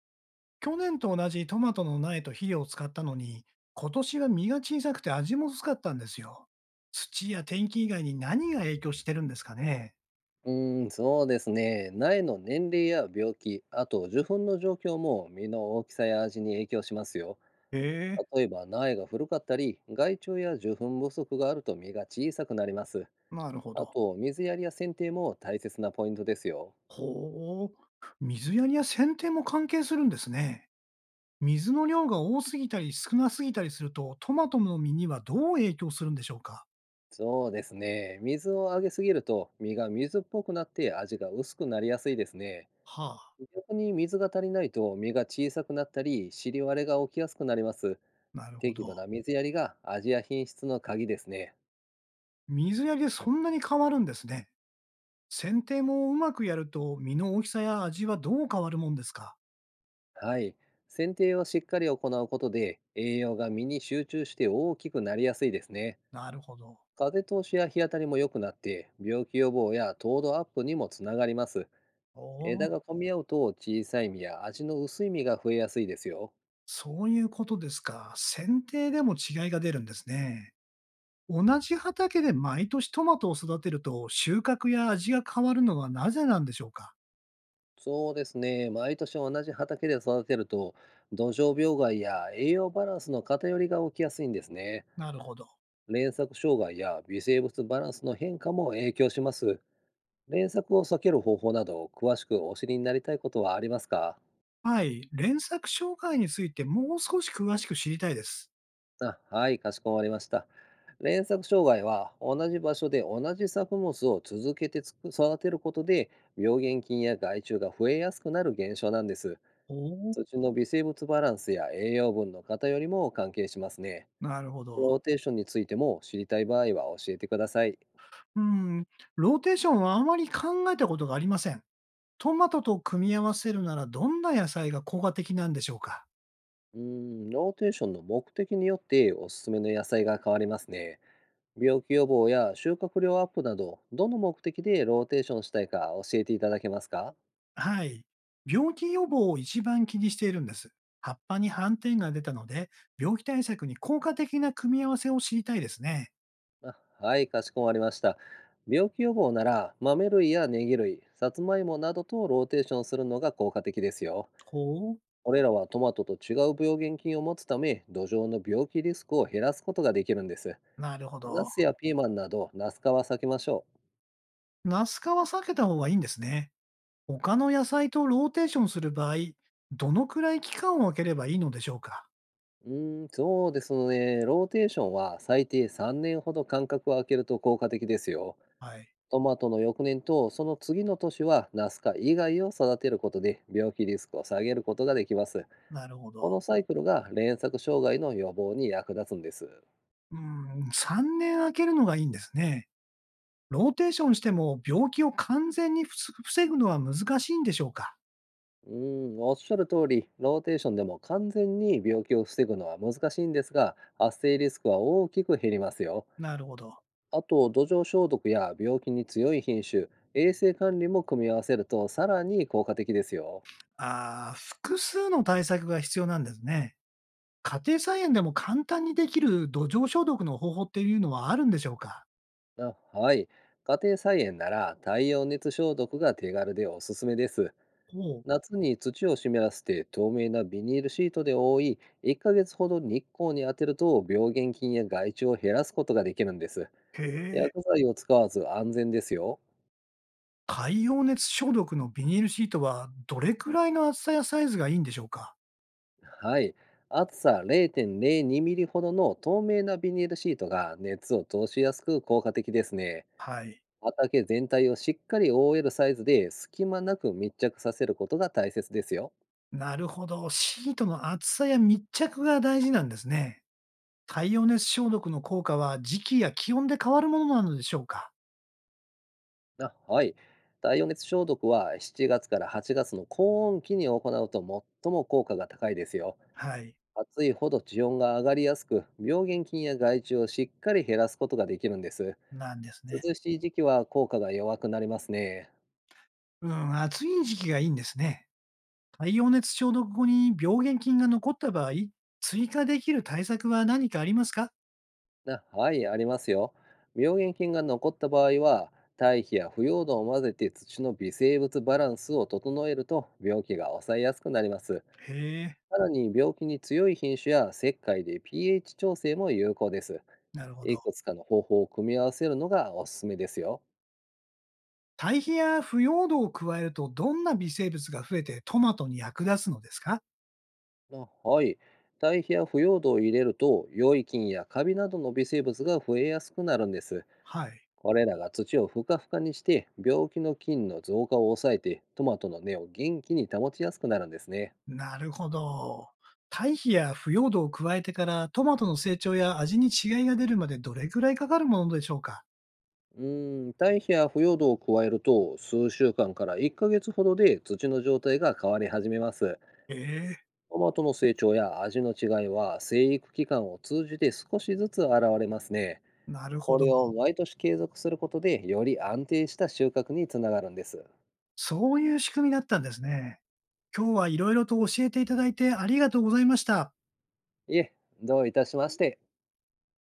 去年と同じトマトの苗と肥料を使ったのに、今年は実が小さくて味も薄かったんですよ。土や天気以外に何が影響してるんですかね？うーん、そうですね。苗の年齢や病気、あと受粉の状況も実の大きさや味に影響しますよ。へえ、例えば苗が古かったり、害虫や受粉不足があると実が小さくなります。なるほあど。と水やりや剪定も大切なポイントですよ。ほう。水やりや剪定も関係するんですね。水の量が多すぎたり少なすぎたりすると、トマトの実にはどう影響するんでしょうか？そうですね。水をあげすぎると実が水っぽくなって味が薄くなりやすいですね。はあ、逆に水が足りないと実が小さくなったり、尻割れが起きやすくなります。なるほ適ど。度な水やりが味や品質の鍵ですね。水やりでそんなに変わるんですね。剪定もうまくやると、実の大きさや味はどう変わるもんですか？はい。剪定をしっかり行うことで、栄養が実に集中して大きくなりやすいですね。なるほど。風通しや日当たりも良くなって、病気予防や糖度アップにもつながります。お枝お、が混み合うと小さい実や味の薄い実が増えやすいですよ。そういうことですか。剪定でも違いが出るんですね。同じ畑で毎年トマトを育てると収穫や味が変わるのはなぜなんでしょうか？そうですね。毎年同じ畑で育てると、土壌病害や栄養バランスの偏りが起きやすいんですね。なるほど。連作障害や微生物バランスの変化も影響します。連作を避ける方法など、詳しくお知りになりたいことはありますか？はい。連作障害についてもう少し詳しく知りたいです。あ、はい、かしこまりました。連作障害は、同じ場所で同じ作物を続けてつく育てることで、病原菌や害虫が増えやすくなる現象なんです。おお、土の微生物バランスや栄養分の偏りも関係しますね。なるほど。ローテーションについても知りたい場合は教えてください。うん。ローテーションはあまり考えたことがありません。トマトと組み合わせるならどんな野菜が効果的なんでしょうか？うーん、ローテーションの目的によっておすすめの野菜が変わりますね。病気予防や収穫量アップなど、どの目的でローテーションしたいか教えていただけますか？はい。病気予防を一番気にしているんです。葉っぱに斑点が出たので、病気対策に効果的な組み合わせを知りたいですね。あはい、かしこまりました。病気予防なら、豆類やネギ類、さつまいもなどとローテーションするのが効果的ですよ。ほう。これらはトマトと違う病原菌を持つため、土壌の病気リスクを減らすことができるんです。なるほナど。スやピーマンなど、ナス科は避けましょう。ナス科は避けた方がいいんですね。他の野菜とローテーションする場合、どのくらい期間を空ければいいのでしょうか？うーん、そうですね。ローテーションは最低3年ほど間隔を空けると効果的ですよ。はい。トマトの翌年とその次の年はナス科以外を育てることで病気リスクを下げることができます。なるほこのど。サイクルが連作障害の予防に役立つんです。うん、3年空けるのがいいんですね。ローテーションしても病気を完全に防ぐのは難しいんでしょうか？うーん、おっしゃる通り、ローテーションでも完全に病気を防ぐのは難しいんですが、発生リスクは大きく減りますよ。なるほど。あと、土壌消毒や病気に強い品種、衛生管理も組み合わせるとさらに効果的ですよ。ああ、複数の対策が必要なんですね。家庭菜園でも簡単にできる土壌消毒の方法っていうのはあるんでしょうか？あはい。家庭菜園なら太陽熱消毒が手軽でおすすめです。ほう。夏に土を湿らせて透明なビニールシートで覆い、1ヶ月ほど日光に当てると病原菌や害虫を減らすことができるんです。へえ。薬剤を使わず安全ですよ。海洋熱消毒のビニールシートはどれくらいの厚さやサイズがいいんでしょうか？はい。厚さ0.02ミリほどの透明なビニールシートが熱を通しやすく効果的ですね。はい。畑全体をしっかり覆えるサイズで隙間なく密着させることが大切ですよ。なるほど。シートの厚さや密着が大事なんですね。太陽熱消毒の効果は時期や気温で変わるものなのでしょうか？あ、はい。体温熱消毒は7月から8月の高温期に行うと最も効果が高いですよ。はい。暑いほど地温が上がりやすく、病原菌や害虫をしっかり減らすことができるんです。なんですね。涼しい時期は効果が弱くなりますね。うん、暑い時期がいいんですね。太陽熱消毒後に病原菌が残った場合、追加できる対策は何かありますか？あ、はい、ありますよ。病原菌が残った場合は、堆肥や腐葉土を混ぜて土の微生物バランスを整えると病気が抑えやすくなります。へえ、さらに病気に強い品種や石灰で pH 調整も有効です。なるほいど。くつかの方法を組み合わせるのがおすすめですよ。堆肥や腐葉土を加えるとどんな微生物が増えてトマトに役立つのですか？あはい。堆肥や腐葉土を入れると、良い菌やカビなどの微生物が増えやすくなるんです。はい。これらが土をふかふかにして、病気の菌の増加を抑えて、トマトの根を元気に保ちやすくなるんですね。なるほど。堆肥や腐葉土を加えてからトマトの成長や味に違いが出るまでどれくらいかかるものでしょうか？うーん、堆肥や腐葉土を加えると、数週間から1ヶ月ほどで土の状態が変わり始めます。へえ、トマトの成長や味の違いは、生育期間を通じて少しずつ現れますね。なるほこど。れを毎年継続することで、より安定した収穫につながるんです。そういう仕組みだったんですね。今日はいろいろと教えていただいてありがとうございました。いえ、どういたしまして。